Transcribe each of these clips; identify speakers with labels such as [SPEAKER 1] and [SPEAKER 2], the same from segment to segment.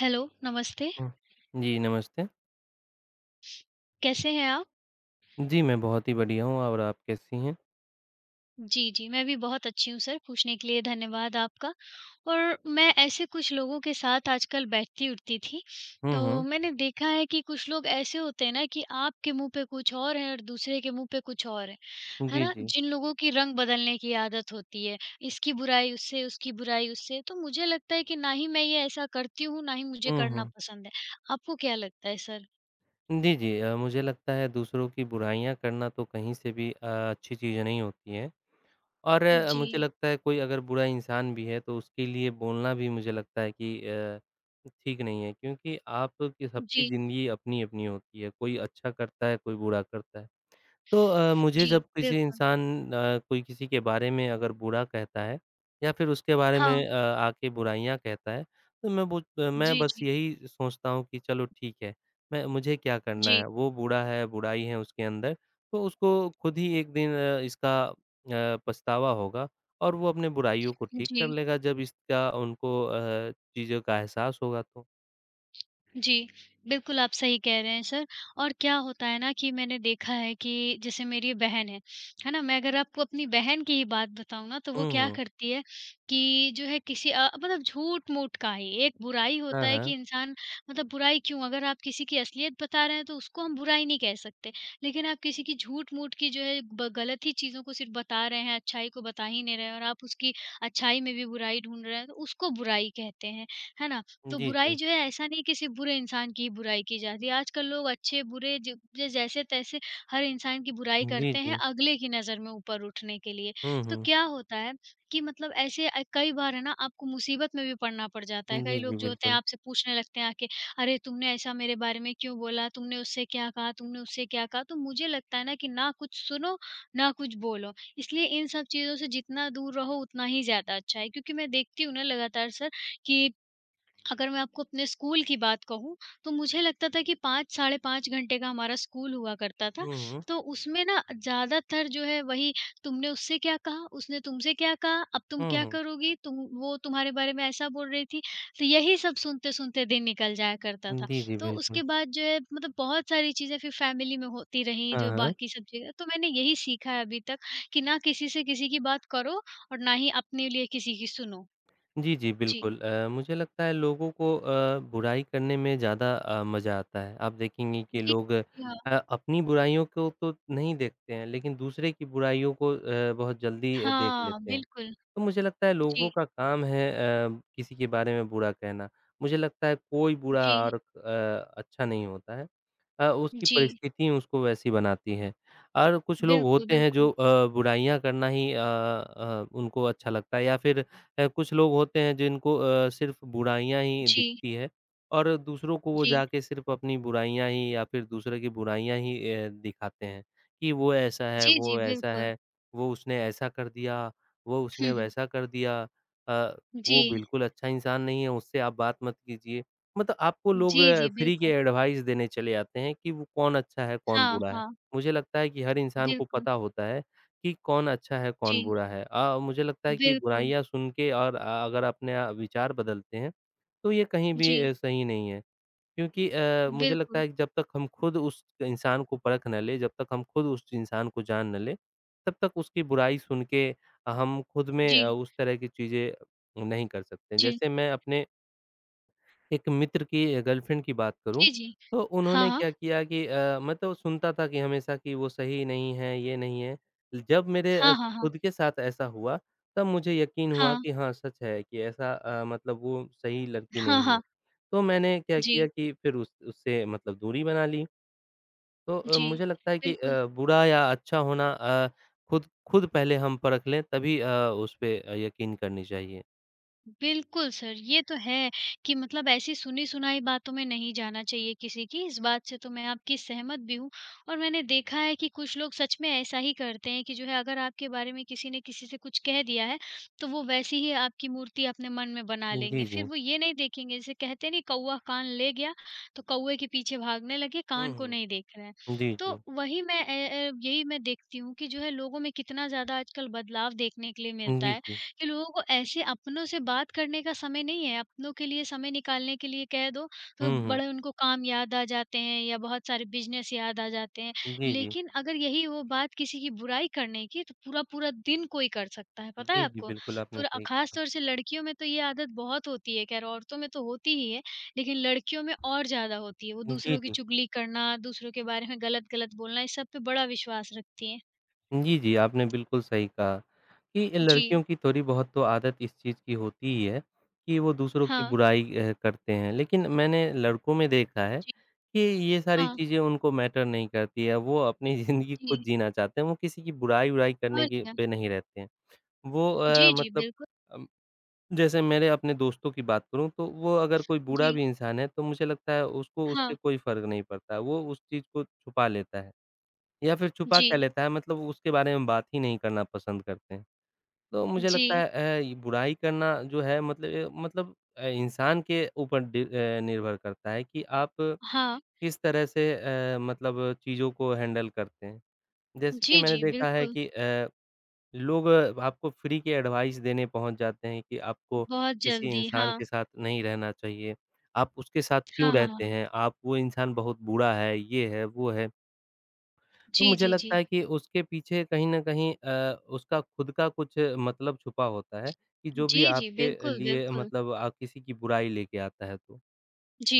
[SPEAKER 1] Hello, नमस्ते,
[SPEAKER 2] हुँ। जी, नमस्ते।
[SPEAKER 1] कैसे हैं आप?
[SPEAKER 2] जी, मैं बहुत ही बढ़िया हूँ और आप कैसी हैं?
[SPEAKER 1] जी, जी, मैं भी बहुत अच्छी हूँ सर, पूछने के लिए धन्यवाद आपका। और मैं ऐसे कुछ लोगों के साथ आजकल बैठती-उठती थी,
[SPEAKER 2] हुँ,
[SPEAKER 1] तो
[SPEAKER 2] हुँ।
[SPEAKER 1] मैंने देखा है कि कुछ लोग ऐसे होते हैं ना कि आपके मुँह पे कुछ और है और दूसरे के मुँह पे कुछ और है। है
[SPEAKER 2] जी,
[SPEAKER 1] ना?
[SPEAKER 2] जी।
[SPEAKER 1] जिन लोगों की रंग बदलने की आदत होती है, इसकी बुराई उससे, उसकी बुराई उससे, तो मुझे लगता है कि ना ही मैं ये ऐसा करती हूँ, ना ही मुझे
[SPEAKER 2] हुँ,
[SPEAKER 1] करना
[SPEAKER 2] हुँ।
[SPEAKER 1] पसंद है। आपको क्या लगता है सर?
[SPEAKER 2] जी, जी, मुझे लगता है दूसरों की बुराइयाँ करना तो कहीं से भी अच्छी चीज़ नहीं होती है और
[SPEAKER 1] जी,
[SPEAKER 2] मुझे लगता है कोई अगर बुरा इंसान भी है तो उसके लिए बोलना भी मुझे लगता है कि ठीक नहीं है क्योंकि आप की सबकी
[SPEAKER 1] जी,
[SPEAKER 2] ज़िंदगी अपनी-अपनी होती है। कोई अच्छा करता है, कोई बुरा करता है। तो मुझे
[SPEAKER 1] जी,
[SPEAKER 2] जब किसी
[SPEAKER 1] बिल्कुल।
[SPEAKER 2] इंसान कोई किसी के बारे में अगर बुरा कहता है या फिर उसके बारे में
[SPEAKER 1] हाँ।
[SPEAKER 2] आके बुराइयाँ कहता है, तो मैं
[SPEAKER 1] जी,
[SPEAKER 2] बस
[SPEAKER 1] जी।
[SPEAKER 2] यही सोचता हूँ कि चलो ठीक है, मैं मुझे क्या करना
[SPEAKER 1] जी,
[SPEAKER 2] है? वो बूढ़ा है, बुराई है उसके अंदर, तो उसको खुद ही एक दिन इसका पछतावा होगा और वो अपने बुराइयों को ठीक कर
[SPEAKER 1] जी।
[SPEAKER 2] लेगा जब इसका उनको चीज़ों का एहसास होगा तो।
[SPEAKER 1] जी, बिल्कुल आप सही कह रहे हैं सर और क्या होता है ना कि मैंने देखा है कि जैसे मेरी बहन है ना? मैं अगर आपको अपनी बहन की ही बात बताऊँ ना तो वो
[SPEAKER 2] हुँ,
[SPEAKER 1] क्या
[SPEAKER 2] हुँ।
[SPEAKER 1] करती है कि जो है किसी मतलब झूठ-मूठ का ही एक बुराई
[SPEAKER 2] हाँ,
[SPEAKER 1] होता है कि
[SPEAKER 2] हाँ।
[SPEAKER 1] इंसान मतलब बुराई क्यों अगर आप किसी की असलियत बता रहे हैं तो उसको हम बुराई नहीं कह सकते। लेकिन आप किसी की झूठ-मूठ की जो है ब गलत ही चीज़ों को सिर्फ़ बता रहे हैं, अच्छाई को बता ही नहीं रहे हैं और आप उसकी अच्छाई में भी बुराई ढूँढ रहे हैं तो उसको बुराई कहते हैं, है ना? तो
[SPEAKER 2] जी,
[SPEAKER 1] बुराई
[SPEAKER 2] जी।
[SPEAKER 1] जो है ऐसा नहीं किसी बुरे इंसान की ही बुराई की जाती है। आजकल लोग अच्छे-बुरे ज ज जैसे-तैसे हर इंसान की बुराई
[SPEAKER 2] जी,
[SPEAKER 1] करते हैं
[SPEAKER 2] जी।
[SPEAKER 1] अगले की नज़र में ऊपर उठने के लिए।
[SPEAKER 2] हुँ,
[SPEAKER 1] तो
[SPEAKER 2] हुँ।
[SPEAKER 1] क्या होता है कि मतलब ऐसे कई बार है ना आपको मुसीबत में भी पड़ना पड़ जाता है।
[SPEAKER 2] जी,
[SPEAKER 1] कई
[SPEAKER 2] जी,
[SPEAKER 1] लोग जो होते हैं
[SPEAKER 2] बिल्कुल।
[SPEAKER 1] आपसे पूछने लगते हैं आके, "अरे! तुमने ऐसा मेरे बारे में क्यों बोला? तुमने उससे क्या कहा? तुमने उससे क्या कहा?" तो मुझे लगता है ना कि ना कुछ सुनो, ना कुछ बोलो। इसलिए इन सब चीज़ों से जितना दूर रहो उतना ही ज़्यादा अच्छा है। क्योंकि मैं देखती हूँ ना लगातार सर कि अगर मैं आपको अपने स्कूल की बात कहूँ, तो मुझे लगता था कि 5 साढ़े 5 घंटे का हमारा स्कूल हुआ करता था।
[SPEAKER 2] हुँ, हुँ।
[SPEAKER 1] तो उसमें ना ज़्यादातर जो है वही तुमने उससे क्या कहा, उसने तुमसे क्या कहा, अब तुम
[SPEAKER 2] हुँ,
[SPEAKER 1] क्या
[SPEAKER 2] हुँ।
[SPEAKER 1] करोगी, तुम वो तुम्हारे बारे में ऐसा बोल रही थी। तो यही सब सुनते-सुनते दिन निकल जाया करता था।
[SPEAKER 2] जी, जी,
[SPEAKER 1] तो
[SPEAKER 2] बिल्कुल।
[SPEAKER 1] उसके बाद जो है मतलब बहुत सारी चीज़ें फिर फैमिली में होती रहीं
[SPEAKER 2] हाँ,
[SPEAKER 1] जो
[SPEAKER 2] हाँ।
[SPEAKER 1] बाकी सब चीज़ें तो मैंने यही सीखा है अभी तक कि ना किसी से किसी की बात करो और ना ही अपने लिए किसी की सुनो।
[SPEAKER 2] जी, जी,
[SPEAKER 1] जी।
[SPEAKER 2] बिल्कुल, मुझे लगता है लोगों को बुराई करने में ज़्यादा मज़ा आता है। आप देखेंगे कि
[SPEAKER 1] जी।
[SPEAKER 2] लोग
[SPEAKER 1] जी, हाँ।
[SPEAKER 2] अपनी बुराइयों को तो नहीं देखते हैं, लेकिन दूसरे की बुराइयों को बहुत जल्दी देख
[SPEAKER 1] हाँ,
[SPEAKER 2] लेते हैं।
[SPEAKER 1] बिल्कुल।
[SPEAKER 2] तो मुझे लगता है
[SPEAKER 1] जी,
[SPEAKER 2] लोगों का काम है अ, किसी के बारे में बुरा कहना। मुझे लगता है कोई बुरा
[SPEAKER 1] जी,
[SPEAKER 2] और अच्छा नहीं होता है। उसकी
[SPEAKER 1] जी।
[SPEAKER 2] परिस्थिति उसको वैसी बनाती है और कुछ लोग
[SPEAKER 1] बिल्कुल,
[SPEAKER 2] होते हैं जो
[SPEAKER 1] बिल्कुल।
[SPEAKER 2] बुराइयाँ करना ही उनको अच्छा लगता है या फिर कुछ लोग होते हैं जिनको सिर्फ़ बुराइयाँ ही
[SPEAKER 1] जी,
[SPEAKER 2] दिखती है और दूसरों को वो
[SPEAKER 1] जी।
[SPEAKER 2] जाके सिर्फ़ अपनी बुराइयाँ ही या फिर दूसरे की बुराइयाँ ही दिखाते हैं कि वो ऐसा है,
[SPEAKER 1] जी, जी,
[SPEAKER 2] वो ऐसा
[SPEAKER 1] बिल्कुल।
[SPEAKER 2] है, वो उसने ऐसा कर दिया। वो
[SPEAKER 1] हुँ,
[SPEAKER 2] उसने
[SPEAKER 1] हुँ।
[SPEAKER 2] वैसा कर दिया अ,
[SPEAKER 1] जी,
[SPEAKER 2] वो बिल्कुल अच्छा इंसान नहीं है, उससे आप बात मत कीजिए। मतलब आपको लोग
[SPEAKER 1] जी, जी,
[SPEAKER 2] फ्री के
[SPEAKER 1] बिल्कुल।
[SPEAKER 2] एडवाइस देने चले आते हैं कि वो कौन अच्छा है, कौन
[SPEAKER 1] हाँ,
[SPEAKER 2] बुरा है।
[SPEAKER 1] हाँ,
[SPEAKER 2] मुझे लगता है कि हर इंसान को
[SPEAKER 1] बिल्कुल।
[SPEAKER 2] पता होता है कि कौन अच्छा है, कौन
[SPEAKER 1] जी,
[SPEAKER 2] बुरा है। मुझे लगता है कि
[SPEAKER 1] बिल्कुल।
[SPEAKER 2] बुराइयाँ सुन के और अगर अपने विचार बदलते हैं, तो ये कहीं भी
[SPEAKER 1] जी,
[SPEAKER 2] सही नहीं है। क्योंकि मुझे लगता
[SPEAKER 1] बिल्कुल।
[SPEAKER 2] है कि जब तक हम खुद उस इंसान को परख ना लें, जब तक हम खुद उस इंसान को जान ना लें, तब तक उसकी बुराई सुन के हम खुद में
[SPEAKER 1] जी,
[SPEAKER 2] उस तरह की चीज़ें नहीं कर सकते।
[SPEAKER 1] जी।
[SPEAKER 2] जैसे मैं अपने एक मित्र की गर्लफ्रेंड की बात करूँ,
[SPEAKER 1] जी, जी।
[SPEAKER 2] तो
[SPEAKER 1] हाँ,
[SPEAKER 2] उन्होंने
[SPEAKER 1] हाँ।
[SPEAKER 2] क्या किया कि मैं तो सुनता था कि हमेशा कि वो सही नहीं है, ये नहीं है। जब मेरे
[SPEAKER 1] हाँ, हाँ, हाँ।
[SPEAKER 2] खुद के साथ ऐसा हुआ, तब मुझे यकीन हुआ
[SPEAKER 1] हाँ,
[SPEAKER 2] कि हाँ, सच है कि ऐसा, मतलब वो सही लड़की
[SPEAKER 1] हाँ,
[SPEAKER 2] नहीं है।
[SPEAKER 1] हाँ।
[SPEAKER 2] तो मैंने क्या किया
[SPEAKER 1] जी,
[SPEAKER 2] कि फिर उस उससे मतलब दूरी बना ली। तो
[SPEAKER 1] जी।
[SPEAKER 2] मुझे लगता है कि
[SPEAKER 1] बिल्कुल।
[SPEAKER 2] बुरा या अच्छा होना, खुद खुद पहले हम परख लें, तभी उस पे यकीन करनी चाहिए।
[SPEAKER 1] बिल्कुल सर, ये तो है कि मतलब ऐसी सुनी-सुनाई बातों में नहीं जाना चाहिए किसी की, इस बात से तो मैं आपकी सहमत भी हूँ। और मैंने देखा है कि कुछ लोग सच में ऐसा ही करते हैं कि जो है अगर आपके बारे में किसी ने किसी से कुछ कह दिया है, तो वो वैसी ही आपकी मूर्ति अपने मन में बना
[SPEAKER 2] जी,
[SPEAKER 1] लेंगे। फिर
[SPEAKER 2] जी।
[SPEAKER 1] वो ये नहीं देखेंगे जैसे कहते नहीं कौवा कान ले गया, तो कौवे के पीछे भागने लगे,
[SPEAKER 2] हुँ,
[SPEAKER 1] कान को नहीं
[SPEAKER 2] हुँ।
[SPEAKER 1] देख रहे हैं।
[SPEAKER 2] जी,
[SPEAKER 1] तो
[SPEAKER 2] जी।
[SPEAKER 1] वही मैं अ अ, यही मैं देखती हूँ कि जो है लोगों में कितना ज़्यादा आजकल बदलाव देखने के लिए मिलता
[SPEAKER 2] जी,
[SPEAKER 1] है।
[SPEAKER 2] जी।
[SPEAKER 1] कि लोगों को ऐसे अपनों से बात करने का समय नहीं है, अपनों के लिए समय निकालने के लिए कह दो, तो
[SPEAKER 2] हुँ, हुँ।
[SPEAKER 1] बड़े उनको काम याद आ जाते हैं या बहुत सारे बिज़नेस याद आ जाते हैं।
[SPEAKER 2] जी, जी।
[SPEAKER 1] लेकिन अगर यही वो बात किसी की बुराई करने की, तो पूरा-पूरा दिन कोई कर सकता है, पता है
[SPEAKER 2] जी, जी,
[SPEAKER 1] आपको?
[SPEAKER 2] बिल्कुल आपने
[SPEAKER 1] पूरा
[SPEAKER 2] सही
[SPEAKER 1] ख़ास
[SPEAKER 2] कहा।
[SPEAKER 1] तौर से लड़कियों में तो ये आदत बहुत होती है, ख़ैर औरतों में तो होती ही है, लेकिन लड़कियों में और ज़्यादा होती है। वो
[SPEAKER 2] जी,
[SPEAKER 1] दूसरों की
[SPEAKER 2] जी।
[SPEAKER 1] चुगली करना, दूसरों के बारे में गलत-गलत बोलना, इस सब पे बड़ा विश्वास रखती हैं।
[SPEAKER 2] जी, जी, आपने बिल्कुल सही कहा कि
[SPEAKER 1] जी।
[SPEAKER 2] लड़कियों की थोड़ी बहुत तो आदत इस चीज़ की होती ही है कि वो दूसरों की
[SPEAKER 1] हाँ।
[SPEAKER 2] बुराई करते हैं। लेकिन मैंने लड़कों में देखा है
[SPEAKER 1] जी।
[SPEAKER 2] कि ये सारी
[SPEAKER 1] हाँ।
[SPEAKER 2] चीज़ें उनको मैटर नहीं करती है, वो अपनी ज़िंदगी खुद
[SPEAKER 1] जी।
[SPEAKER 2] जीना चाहते हैं, वो किसी की बुराई-उराई करने
[SPEAKER 1] और
[SPEAKER 2] के
[SPEAKER 1] क्या।
[SPEAKER 2] पे नहीं रहते हैं। वो
[SPEAKER 1] जी, जी,
[SPEAKER 2] मतलब
[SPEAKER 1] बिल्कुल।
[SPEAKER 2] अ, जैसे मेरे अपने दोस्तों की बात करूँ तो वो अगर कोई बूढ़ा
[SPEAKER 1] जी,
[SPEAKER 2] भी इंसान है तो मुझे लगता है उसको
[SPEAKER 1] हाँ,
[SPEAKER 2] उससे कोई फ़र्क नहीं पड़ता। वो उस चीज़ को छुपा लेता है या फिर छुपा
[SPEAKER 1] जी,
[SPEAKER 2] क्या लेता है मतलब उसके बारे में बात ही नहीं करना पसंद करते हैं। तो मुझे
[SPEAKER 1] जी,
[SPEAKER 2] लगता है ये बुराई करना जो है मतलब ये मतलब, इंसान के ऊपर निर्भर करता है कि आप
[SPEAKER 1] हाँ,
[SPEAKER 2] किस तरह से, मतलब चीज़ों को हैंडल करते हैं। जैसे कि
[SPEAKER 1] जी,
[SPEAKER 2] मैंने
[SPEAKER 1] जी,
[SPEAKER 2] देखा है
[SPEAKER 1] बिल्कुल,
[SPEAKER 2] कि लोग आपको फ्री के एडवाइस देने पहुँच जाते हैं कि आपको
[SPEAKER 1] बहुत
[SPEAKER 2] किसी
[SPEAKER 1] जल्दी, हाँ,
[SPEAKER 2] इंसान के साथ नहीं रहना चाहिए। आप उसके साथ क्यों
[SPEAKER 1] हाँ, हाँ,
[SPEAKER 2] रहते
[SPEAKER 1] हाँ,
[SPEAKER 2] हैं? आप वो इंसान बहुत बुरा है, ये है, वो है। तो
[SPEAKER 1] जी,
[SPEAKER 2] मुझे
[SPEAKER 1] जी, जी,
[SPEAKER 2] लगता है कि उसके पीछे कहीं न कहीं उसका खुद का कुछ मतलब छुपा होता है कि जो
[SPEAKER 1] जी,
[SPEAKER 2] भी
[SPEAKER 1] जी,
[SPEAKER 2] आपके
[SPEAKER 1] बिल्कुल,
[SPEAKER 2] लिए
[SPEAKER 1] बिल्कुल,
[SPEAKER 2] मतलब किसी की बुराई लेके आता है तो।
[SPEAKER 1] जी।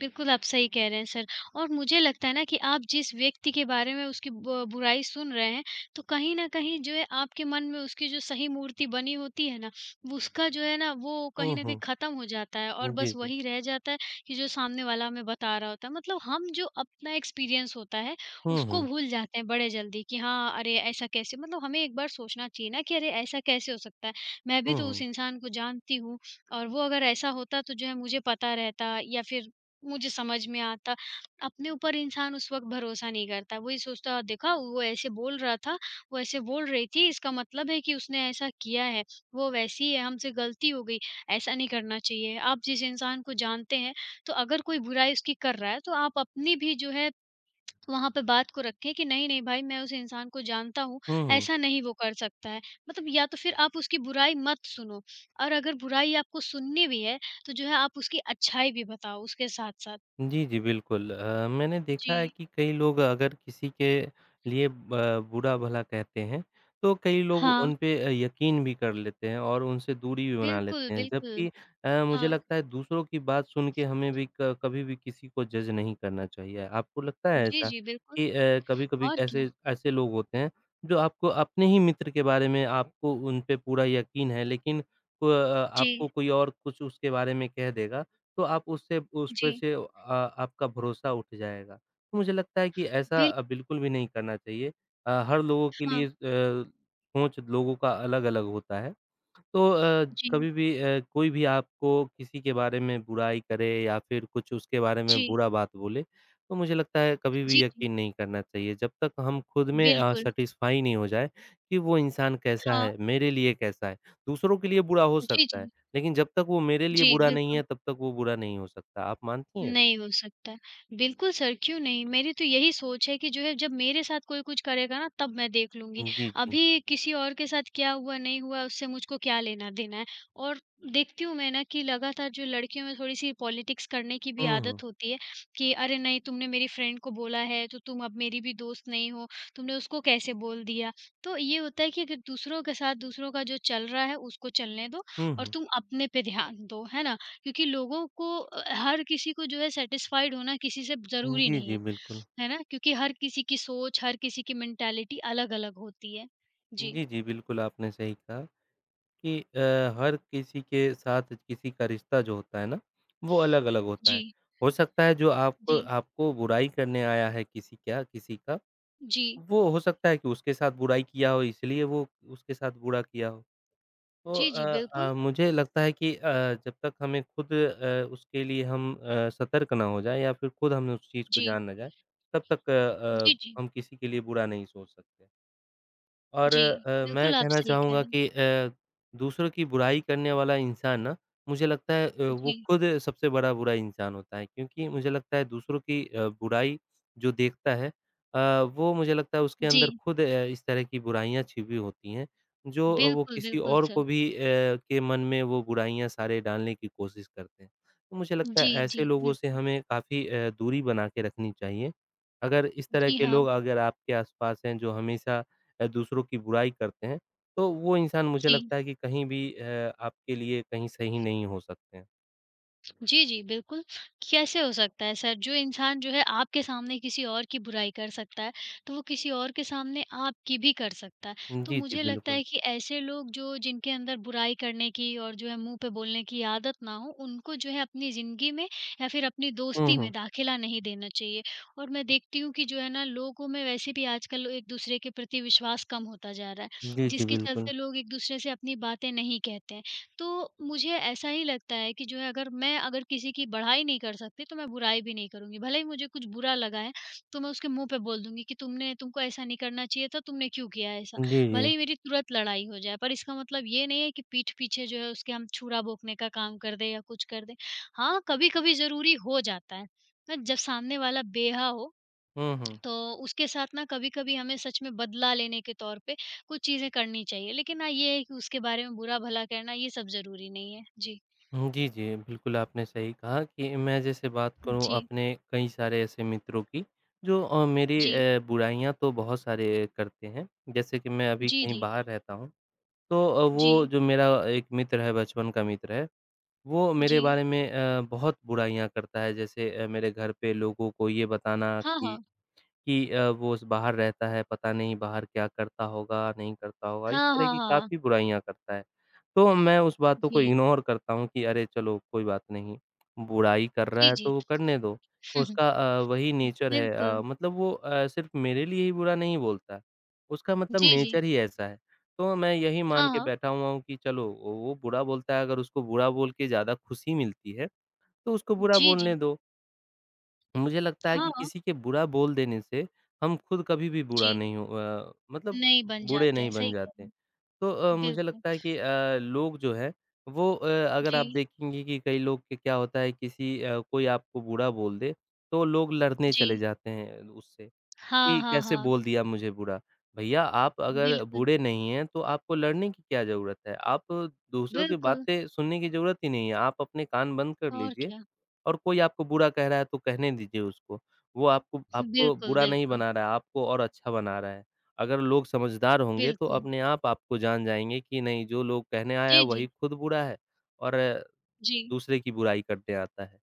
[SPEAKER 1] बिल्कुल, आप सही कह रहे हैं सर और मुझे लगता है ना कि आप जिस व्यक्ति के बारे में उसकी ब बुराई सुन रहे हैं, तो कहीं न कहीं जो है आपके मन में उसकी जो सही मूर्ति बनी होती है ना, वो उसका जो है ना वो कहीं
[SPEAKER 2] हुँ,
[SPEAKER 1] न कहीं
[SPEAKER 2] हुँ।
[SPEAKER 1] ख़त्म हो जाता है और
[SPEAKER 2] जी,
[SPEAKER 1] बस
[SPEAKER 2] जी।
[SPEAKER 1] वही रह जाता है कि जो सामने वाला हमें बता रहा होता है। मतलब हम जो अपना एक्सपीरियंस होता है,
[SPEAKER 2] हुँ,
[SPEAKER 1] उसको
[SPEAKER 2] हुँ।
[SPEAKER 1] भूल जाते हैं बड़े जल्दी कि हाँ, अरे ऐसा कैसे मतलब हमें एक बार सोचना चाहिए ना कि अरे ऐसा कैसे हो सकता है? मैं भी
[SPEAKER 2] हुँ,
[SPEAKER 1] तो उस
[SPEAKER 2] हुँ।
[SPEAKER 1] इंसान को जानती हूँ और वो अगर ऐसा होता तो जो है मुझे पता रहता या फिर मुझे समझ में आता अपने ऊपर इंसान उस वक़्त भरोसा नहीं करता। वही सोचता है, देखा वो ऐसे बोल रहा था, वो ऐसे बोल रही थी इसका मतलब है कि उसने ऐसा किया है, वो वैसी है हमसे गलती हो गई, ऐसा नहीं करना चाहिए। आप जिस इंसान को जानते हैं तो अगर कोई बुराई उसकी कर रहा है तो आप अपनी भी जो है वहाँ पे बात को रखें कि नहीं, नहीं भाई मैं उस इंसान को जानता हूँ,
[SPEAKER 2] हुँ, हुँ।
[SPEAKER 1] ऐसा नहीं वो कर सकता है। मतलब या तो फिर आप उसकी बुराई मत सुनो और अगर बुराई आपको सुननी भी है तो जो है आप उसकी अच्छाई भी बताओ उसके साथ-साथ।
[SPEAKER 2] जी, जी, बिल्कुल। मैंने
[SPEAKER 1] जी।
[SPEAKER 2] देखा है कि कई लोग अगर किसी के लिए ब बुरा-भला कहते हैं, तो कई लोग
[SPEAKER 1] हाँ।
[SPEAKER 2] उन पे यकीन भी कर लेते हैं और उनसे दूरी भी बना
[SPEAKER 1] बिल्कुल,
[SPEAKER 2] लेते हैं। जबकि
[SPEAKER 1] बिल्कुल।
[SPEAKER 2] मुझे
[SPEAKER 1] हाँ।
[SPEAKER 2] लगता है दूसरों की बात सुन के हमें भी क कभी भी किसी को जज नहीं करना चाहिए। आपको लगता है
[SPEAKER 1] जी,
[SPEAKER 2] ऐसा
[SPEAKER 1] जी, बिल्कुल
[SPEAKER 2] कि कभी-कभी
[SPEAKER 1] और क्या।
[SPEAKER 2] ऐसे ऐसे लोग होते हैं जो आपको अपने ही मित्र के बारे में आपको उन पे पूरा यकीन है लेकिन आपको
[SPEAKER 1] जी,
[SPEAKER 2] कोई और कुछ उसके बारे में कह देगा तो आप उससे उसपे
[SPEAKER 1] जी।
[SPEAKER 2] से, आपका भरोसा उठ जाएगा। तो मुझे लगता है कि ऐसा
[SPEAKER 1] बिल
[SPEAKER 2] अ, बिल्कुल भी नहीं करना चाहिए। हर लोगों के
[SPEAKER 1] हाँ।
[SPEAKER 2] लिए सोच लोगों का अलग-अलग होता है। तो
[SPEAKER 1] जी,
[SPEAKER 2] कभी भी कोई भी आपको किसी के बारे में बुराई करे या फिर कुछ उसके बारे में
[SPEAKER 1] जी,
[SPEAKER 2] बुरा बात बोले, तो मुझे लगता है कभी
[SPEAKER 1] जी,
[SPEAKER 2] भी
[SPEAKER 1] जी।
[SPEAKER 2] यकीन नहीं करना चाहिए। जब तक हम खुद में
[SPEAKER 1] बिल्कुल।
[SPEAKER 2] सैटिस्फाई नहीं हो जाए कि वो इंसान कैसा
[SPEAKER 1] हाँ।
[SPEAKER 2] है, मेरे लिए कैसा है। दूसरों के लिए बुरा हो
[SPEAKER 1] जी,
[SPEAKER 2] सकता है,
[SPEAKER 1] जी।
[SPEAKER 2] लेकिन जब तक वो मेरे लिए
[SPEAKER 1] जी,
[SPEAKER 2] बुरा नहीं
[SPEAKER 1] बिल्कुल।
[SPEAKER 2] है, तब तक वो बुरा नहीं हो सकता। आप मानती हैं?
[SPEAKER 1] नहीं हो सकता है। बिल्कुल सर, क्यों नहीं? मेरी तो यही सोच है कि जो है जब मेरे साथ कोई कुछ करेगा ना तब मैं देख लूँगी।
[SPEAKER 2] जी, जी।
[SPEAKER 1] अभी किसी और के साथ क्या हुआ, नहीं हुआ उससे मुझको क्या लेना-देना है। और देखती हूँ मैं ना कि लगातार जो लड़कियों में थोड़ी-सी पॉलिटिक्स करने की भी
[SPEAKER 2] हुँ, हुँ।
[SPEAKER 1] आदत होती है कि अरे नहीं तुमने मेरी फ्रेंड को बोला है तो तुम अब मेरी भी दोस्त नहीं हो, तुमने उसको कैसे बोल दिया। तो ये होता है कि अगर दूसरों के साथ दूसरों का जो चल रहा है उसको चलने दो
[SPEAKER 2] हुँ,
[SPEAKER 1] और
[SPEAKER 2] हुँ।
[SPEAKER 1] तुम अपने पे ध्यान दो, है ना? क्योंकि लोगों को हर किसी को जो है सैटिस्फाइड होना किसी से ज़रूरी
[SPEAKER 2] जी,
[SPEAKER 1] नहीं
[SPEAKER 2] जी,
[SPEAKER 1] है,
[SPEAKER 2] बिल्कुल।
[SPEAKER 1] है ना? क्योंकि हर किसी की सोच, हर किसी की मेंटालिटी अलग-अलग होती है। जी,
[SPEAKER 2] जी, जी, बिल्कुल आपने सही कहा। कि, हर किसी के साथ किसी का रिश्ता जो होता है ना, वो अलग-अलग होता है।
[SPEAKER 1] जी,
[SPEAKER 2] हो सकता है जो आप
[SPEAKER 1] जी,
[SPEAKER 2] आपको बुराई करने आया है किसी क्या किसी का,
[SPEAKER 1] जी।
[SPEAKER 2] वो हो सकता है कि उसके साथ बुराई किया हो इसलिए वो उसके साथ बुरा किया हो। तो
[SPEAKER 1] जी, जी, बिल्कुल।
[SPEAKER 2] मुझे लगता है कि जब तक हमें खुद उसके लिए हम सतर्क ना हो जाएँ या फिर खुद हम उस चीज़ को
[SPEAKER 1] जी,
[SPEAKER 2] जान ना जाएँ, तब तक
[SPEAKER 1] जी, जी,
[SPEAKER 2] हम किसी के लिए बुरा नहीं सोच सकते। और
[SPEAKER 1] जी,
[SPEAKER 2] मैं
[SPEAKER 1] बिल्कुल आप
[SPEAKER 2] कहना
[SPEAKER 1] सही कह
[SPEAKER 2] चाहूँगा
[SPEAKER 1] रहे हैं।
[SPEAKER 2] कि, दूसरों की बुराई करने वाला इंसान ना, मुझे लगता है वो
[SPEAKER 1] जी,
[SPEAKER 2] खुद सबसे बड़ा बुरा इंसान होता है। क्योंकि मुझे लगता है दूसरों की बुराई जो देखता है, वो मुझे लगता है उसके
[SPEAKER 1] जी,
[SPEAKER 2] अंदर खुद, इस तरह की बुराइयाँ छिपी होती हैं, जो वो
[SPEAKER 1] बिल्कुल,
[SPEAKER 2] किसी
[SPEAKER 1] बिल्कुल
[SPEAKER 2] और
[SPEAKER 1] सर।
[SPEAKER 2] को भी के मन में वो बुराइयाँ सारे डालने की कोशिश करते हैं। तो मुझे लगता
[SPEAKER 1] जी,
[SPEAKER 2] है
[SPEAKER 1] जी,
[SPEAKER 2] ऐसे लोगों से
[SPEAKER 1] बिल्कुल।
[SPEAKER 2] हमें काफ़ी दूरी बना के रखनी चाहिए। अगर इस तरह
[SPEAKER 1] जी
[SPEAKER 2] के
[SPEAKER 1] हाँ,
[SPEAKER 2] लोग अगर आपके आसपास हैं जो हमेशा दूसरों की बुराई करते हैं, तो वो इंसान मुझे
[SPEAKER 1] जी।
[SPEAKER 2] लगता है कि कहीं भी आपके लिए कहीं सही नहीं हो सकते हैं।
[SPEAKER 1] जी, जी, बिल्कुल। कैसे हो सकता है सर? जो इंसान जो है आपके सामने किसी और की बुराई कर सकता है, तो वो किसी और के सामने आपकी भी कर सकता है। तो
[SPEAKER 2] जी, जी,
[SPEAKER 1] मुझे लगता
[SPEAKER 2] बिल्कुल।
[SPEAKER 1] है कि ऐसे लोग जो जिनके अंदर बुराई करने की और जो है मुँह पे बोलने की आदत ना हो, उनको जो है अपनी ज़िंदगी में या फिर अपनी
[SPEAKER 2] हुँ,
[SPEAKER 1] दोस्ती
[SPEAKER 2] हुँ।
[SPEAKER 1] में दाखिला नहीं देना चाहिए। और मैं देखती हूँ कि जो है ना लोगों में वैसे भी आजकल एक-दूसरे के प्रति विश्वास कम होता जा रहा है,
[SPEAKER 2] जी, जी,
[SPEAKER 1] जिसके
[SPEAKER 2] बिल्कुल।
[SPEAKER 1] चलते लोग एक-दूसरे से अपनी बातें नहीं कहते हैं। तो मुझे ऐसा ही लगता है कि जो है अगर मैं अगर किसी की बड़ाई नहीं कर सकती तो मैं बुराई भी नहीं करूँगी। भले ही मुझे कुछ बुरा लगा है, तो मैं उसके मुँह पे बोल दूँगी कि तुमने तुमको ऐसा नहीं करना चाहिए था, तुमने क्यों किया है ऐसा?
[SPEAKER 2] जी, जी।
[SPEAKER 1] भले ही मेरी तुरंत लड़ाई हो जाए, पर इसका मतलब ये नहीं है कि पीठ पीछे जो है उसके हम छुरा भोंकने का काम कर दें या कुछ कर दें। हाँ, कभी-कभी ज़रूरी हो जाता है, पर जब सामने वाला बेहा हो
[SPEAKER 2] हुँ, हुँ।
[SPEAKER 1] तो उसके साथ ना कभी-कभी हमें सच में बदला लेने के तौर पे कुछ चीज़ें करनी चाहिए। लेकिन हाँ, ये है कि उसके बारे में बुरा-भला कहना ये सब ज़रूरी नहीं है। जी।
[SPEAKER 2] हुँ, जी, जी, बिल्कुल आपने सही कहा कि मैं जैसे बात करूँ
[SPEAKER 1] जी,
[SPEAKER 2] अपने कई सारे ऐसे मित्रों की जो मेरी
[SPEAKER 1] जी।
[SPEAKER 2] बुराइयाँ तो बहुत सारे करते हैं। जैसे कि मैं अभी
[SPEAKER 1] जी,
[SPEAKER 2] कहीं
[SPEAKER 1] जी।
[SPEAKER 2] बाहर रहता हूँ, तो वो
[SPEAKER 1] जी,
[SPEAKER 2] जो मेरा एक मित्र है, बचपन का मित्र है वो मेरे
[SPEAKER 1] जी।
[SPEAKER 2] बारे में बहुत बुराइयाँ करता है। जैसे मेरे घर पे लोगों को ये बताना
[SPEAKER 1] हाँ, हाँ।
[SPEAKER 2] कि वो स बाहर रहता है, पता नहीं बाहर क्या करता होगा, नहीं करता होगा, इस
[SPEAKER 1] हाँ,
[SPEAKER 2] तरह
[SPEAKER 1] हाँ,
[SPEAKER 2] की
[SPEAKER 1] हाँ।
[SPEAKER 2] काफ़ी बुराइयाँ करता है। तो मैं उस बातों को
[SPEAKER 1] जी।
[SPEAKER 2] इग्नोर करता हूँ कि अरे चलो कोई बात नहीं, बुराई कर रहा
[SPEAKER 1] जी,
[SPEAKER 2] है
[SPEAKER 1] जी।
[SPEAKER 2] तो वो करने दो।
[SPEAKER 1] हुँ, हुँ।
[SPEAKER 2] उसका वही नेचर है,
[SPEAKER 1] बिल्कुल।
[SPEAKER 2] मतलब वो सिर्फ़ मेरे लिए ही बुरा नहीं बोलता है, उसका मतलब
[SPEAKER 1] जी, जी।
[SPEAKER 2] नेचर ही ऐसा है। तो मैं यही मान
[SPEAKER 1] हाँ,
[SPEAKER 2] के
[SPEAKER 1] हाँ।
[SPEAKER 2] बैठा हुआ हूँ कि चलो वो बुरा बोलता है, अगर उसको बुरा बोल के ज़्यादा खुशी मिलती है, तो उसको बुरा
[SPEAKER 1] जी, जी।
[SPEAKER 2] बोलने दो। मुझे लगता है
[SPEAKER 1] हाँ,
[SPEAKER 2] कि
[SPEAKER 1] हाँ।
[SPEAKER 2] किसी के बुरा बोल देने से हम खुद कभी भी बुरा
[SPEAKER 1] जी।
[SPEAKER 2] नहीं मतलब
[SPEAKER 1] नहीं बन
[SPEAKER 2] बुरे
[SPEAKER 1] जाते
[SPEAKER 2] नहीं
[SPEAKER 1] हैं,
[SPEAKER 2] बन
[SPEAKER 1] सही कह रहे
[SPEAKER 2] जाते।
[SPEAKER 1] हैं।
[SPEAKER 2] तो मुझे
[SPEAKER 1] बिल्कुल।
[SPEAKER 2] लगता है कि लोग जो है वो अ, अगर आप
[SPEAKER 1] जी,
[SPEAKER 2] देखेंगे कि कई लोग के क्या होता है किसी कोई आपको बुरा बोल दे, तो लोग लड़ने
[SPEAKER 1] जी।
[SPEAKER 2] चले जाते हैं उससे
[SPEAKER 1] हाँ,
[SPEAKER 2] कि
[SPEAKER 1] हाँ,
[SPEAKER 2] कैसे
[SPEAKER 1] हाँ।
[SPEAKER 2] बोल दिया मुझे बुरा। भैया आप अगर
[SPEAKER 1] बिल्कुल,
[SPEAKER 2] बुरे नहीं हैं तो आपको लड़ने की क्या ज़रूरत है? आप दूसरों की
[SPEAKER 1] बिल्कुल।
[SPEAKER 2] बातें सुनने की ज़रूरत ही नहीं है, आप अपने कान बंद कर
[SPEAKER 1] और
[SPEAKER 2] लीजिए
[SPEAKER 1] क्या।
[SPEAKER 2] और कोई आपको बुरा कह रहा है तो कहने दीजिए उसको। वो आपको आपको
[SPEAKER 1] बिल्कुल,
[SPEAKER 2] बुरा नहीं
[SPEAKER 1] बिल्कुल,
[SPEAKER 2] बना रहा है, आपको और अच्छा बना रहा है। अगर लोग समझदार होंगे तो
[SPEAKER 1] बिल्कुल।
[SPEAKER 2] अपने आप आपको जान जाएँगे कि नहीं जो लोग कहने आया है
[SPEAKER 1] जी,
[SPEAKER 2] वही
[SPEAKER 1] जी।
[SPEAKER 2] खुद बुरा है और
[SPEAKER 1] जी।
[SPEAKER 2] दूसरे की बुराई करने आता है।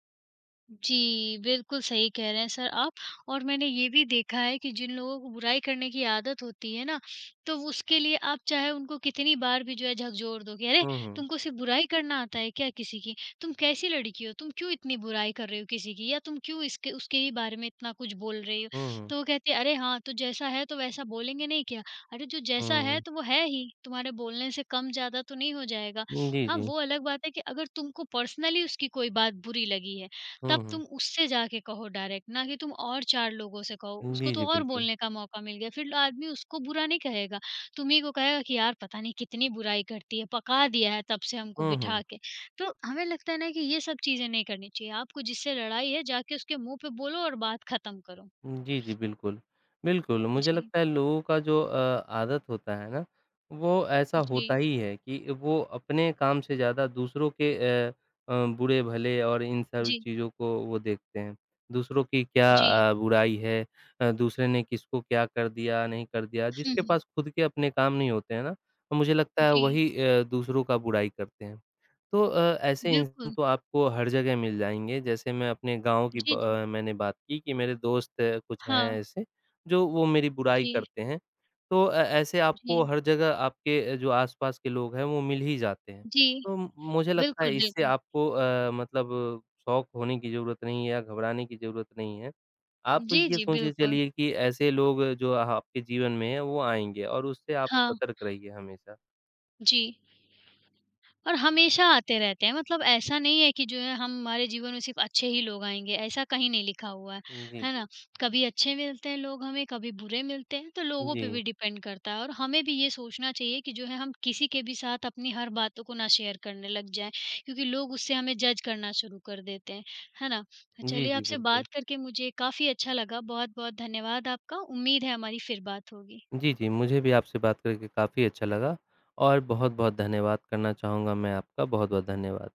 [SPEAKER 1] जी, बिल्कुल सही कह रहे हैं सर आप और मैंने ये भी देखा है कि जिन लोगों को बुराई करने की आदत होती है ना, तो वो उसके लिए आप चाहे उनको कितनी बार भी जो है झकझोर दो कि अरे!
[SPEAKER 2] हुँ, हुँ।
[SPEAKER 1] तुमको सिर्फ़ बुराई करना आता है क्या किसी की? तुम कैसी लड़की हो? तुम क्यों इतनी बुराई कर रहे हो किसी की? या तुम क्यों इसके उसके ही बारे में इतना कुछ बोल रही हो?
[SPEAKER 2] हुँ, हुँ।
[SPEAKER 1] तो वो कहते हैं, "अरे! हाँ, तो जैसा है तो वैसा बोलेंगे नहीं क्या? अरे! जो जैसा
[SPEAKER 2] हुँ,
[SPEAKER 1] है
[SPEAKER 2] हुँ।
[SPEAKER 1] तो वो है ही, तुम्हारे बोलने से कम ज़्यादा तो नहीं हो जाएगा।"
[SPEAKER 2] जी,
[SPEAKER 1] हाँ,
[SPEAKER 2] जी।
[SPEAKER 1] वो अलग बात है कि अगर तुमको पर्सनली उसकी कोई बात बुरी लगी है,
[SPEAKER 2] हुँ,
[SPEAKER 1] तब
[SPEAKER 2] हुँ।
[SPEAKER 1] तुम उससे जाके कहो डायरेक्ट, ना कि तुम और 4 लोगों से कहो। उसको
[SPEAKER 2] जी,
[SPEAKER 1] तो
[SPEAKER 2] जी,
[SPEAKER 1] और
[SPEAKER 2] बिल्कुल।
[SPEAKER 1] बोलने का मौका मिल गया, फिर आदमी उसको बुरा नहीं कहेगा। तुम्हीं को कहेगा कि यार पता नहीं कितनी बुराई करती है, पका दिया है तब से हमको
[SPEAKER 2] हुँ, हुँ।
[SPEAKER 1] बिठा के। तो हमें लगता है ना कि ये सब चीज़ें नहीं करनी चाहिए। आपको जिससे लड़ाई है जाके उसके मुँह पे बोलो और बात खत्म करो।
[SPEAKER 2] जी, जी, बिल्कुल। बिल्कुल, मुझे
[SPEAKER 1] जी,
[SPEAKER 2] लगता है लोगों का जो आदत होता है ना, वो ऐसा होता
[SPEAKER 1] जी,
[SPEAKER 2] ही है कि वो अपने काम से ज़्यादा दूसरों के अ बुरे-भले और इन सब
[SPEAKER 1] जी,
[SPEAKER 2] चीज़ों को वो देखते हैं। दूसरों की क्या
[SPEAKER 1] जी।
[SPEAKER 2] बुराई है दूसरे ने किसको क्या कर दिया, नहीं कर दिया,
[SPEAKER 1] हुँ,
[SPEAKER 2] जिसके
[SPEAKER 1] हुँ।
[SPEAKER 2] पास खुद के अपने काम नहीं होते हैं ना, मुझे लगता है
[SPEAKER 1] जी,
[SPEAKER 2] वही दूसरों का बुराई करते हैं। तो ऐसे इंसान
[SPEAKER 1] बिल्कुल।
[SPEAKER 2] तो आपको हर जगह मिल जाएँगे, जैसे मैं अपने गाँव की
[SPEAKER 1] जी, जी।
[SPEAKER 2] मैंने बात की कि मेरे दोस्त कुछ हैं
[SPEAKER 1] हाँ,
[SPEAKER 2] ऐसे, जो वो मेरी बुराई
[SPEAKER 1] जी,
[SPEAKER 2] करते हैं। तो ऐसे आपको
[SPEAKER 1] जी,
[SPEAKER 2] हर जगह आपके जो आस-पास के लोग हैं, वो मिल ही जाते हैं।
[SPEAKER 1] जी।
[SPEAKER 2] तो मुझे लगता
[SPEAKER 1] बिल्कुल,
[SPEAKER 2] है इससे
[SPEAKER 1] बिल्कुल।
[SPEAKER 2] आपको मतलब शौक होने की ज़रूरत नहीं है या घबराने की ज़रूरत नहीं है। आप तो
[SPEAKER 1] जी,
[SPEAKER 2] ये
[SPEAKER 1] जी,
[SPEAKER 2] सोच के
[SPEAKER 1] बिल्कुल।
[SPEAKER 2] चलिए कि ऐसे लोग जो आपके जीवन में हैं, वो आएँगे और उससे आप
[SPEAKER 1] हाँ,
[SPEAKER 2] सतर्क रहिए हमेशा।
[SPEAKER 1] जी। और हमेशा आते रहते हैं मतलब ऐसा नहीं है कि जो है हम हमारे जीवन में सिर्फ़ अच्छे ही लोग आएँगे, ऐसा कहीं नहीं लिखा हुआ
[SPEAKER 2] जी,
[SPEAKER 1] है
[SPEAKER 2] जी।
[SPEAKER 1] ना? कभी अच्छे मिलते हैं लोग हमें, कभी बुरे मिलते हैं, तो लोगों
[SPEAKER 2] जी।
[SPEAKER 1] पे भी डिपेंड करता है और हमें भी ये सोचना चाहिए कि जो है हम किसी के भी साथ अपनी हर बातों को ना शेयर करने लग जाएँ, क्योंकि लोग उससे हमें जज करना शुरू कर देते हैं, है ना? तो
[SPEAKER 2] जी,
[SPEAKER 1] चलिए
[SPEAKER 2] जी,
[SPEAKER 1] आपसे
[SPEAKER 2] बिल्कुल।
[SPEAKER 1] बात करके मुझे काफ़ी अच्छा लगा, बहुत-बहुत धन्यवाद आपका, उम्मीद है हमारी फिर बात होगी।
[SPEAKER 2] जी, जी। मुझे भी आपसे बात करके काफ़ी अच्छा लगा और बहुत-बहुत धन्यवाद करना चाहूँगा मैं आपका। बहुत-बहुत धन्यवाद।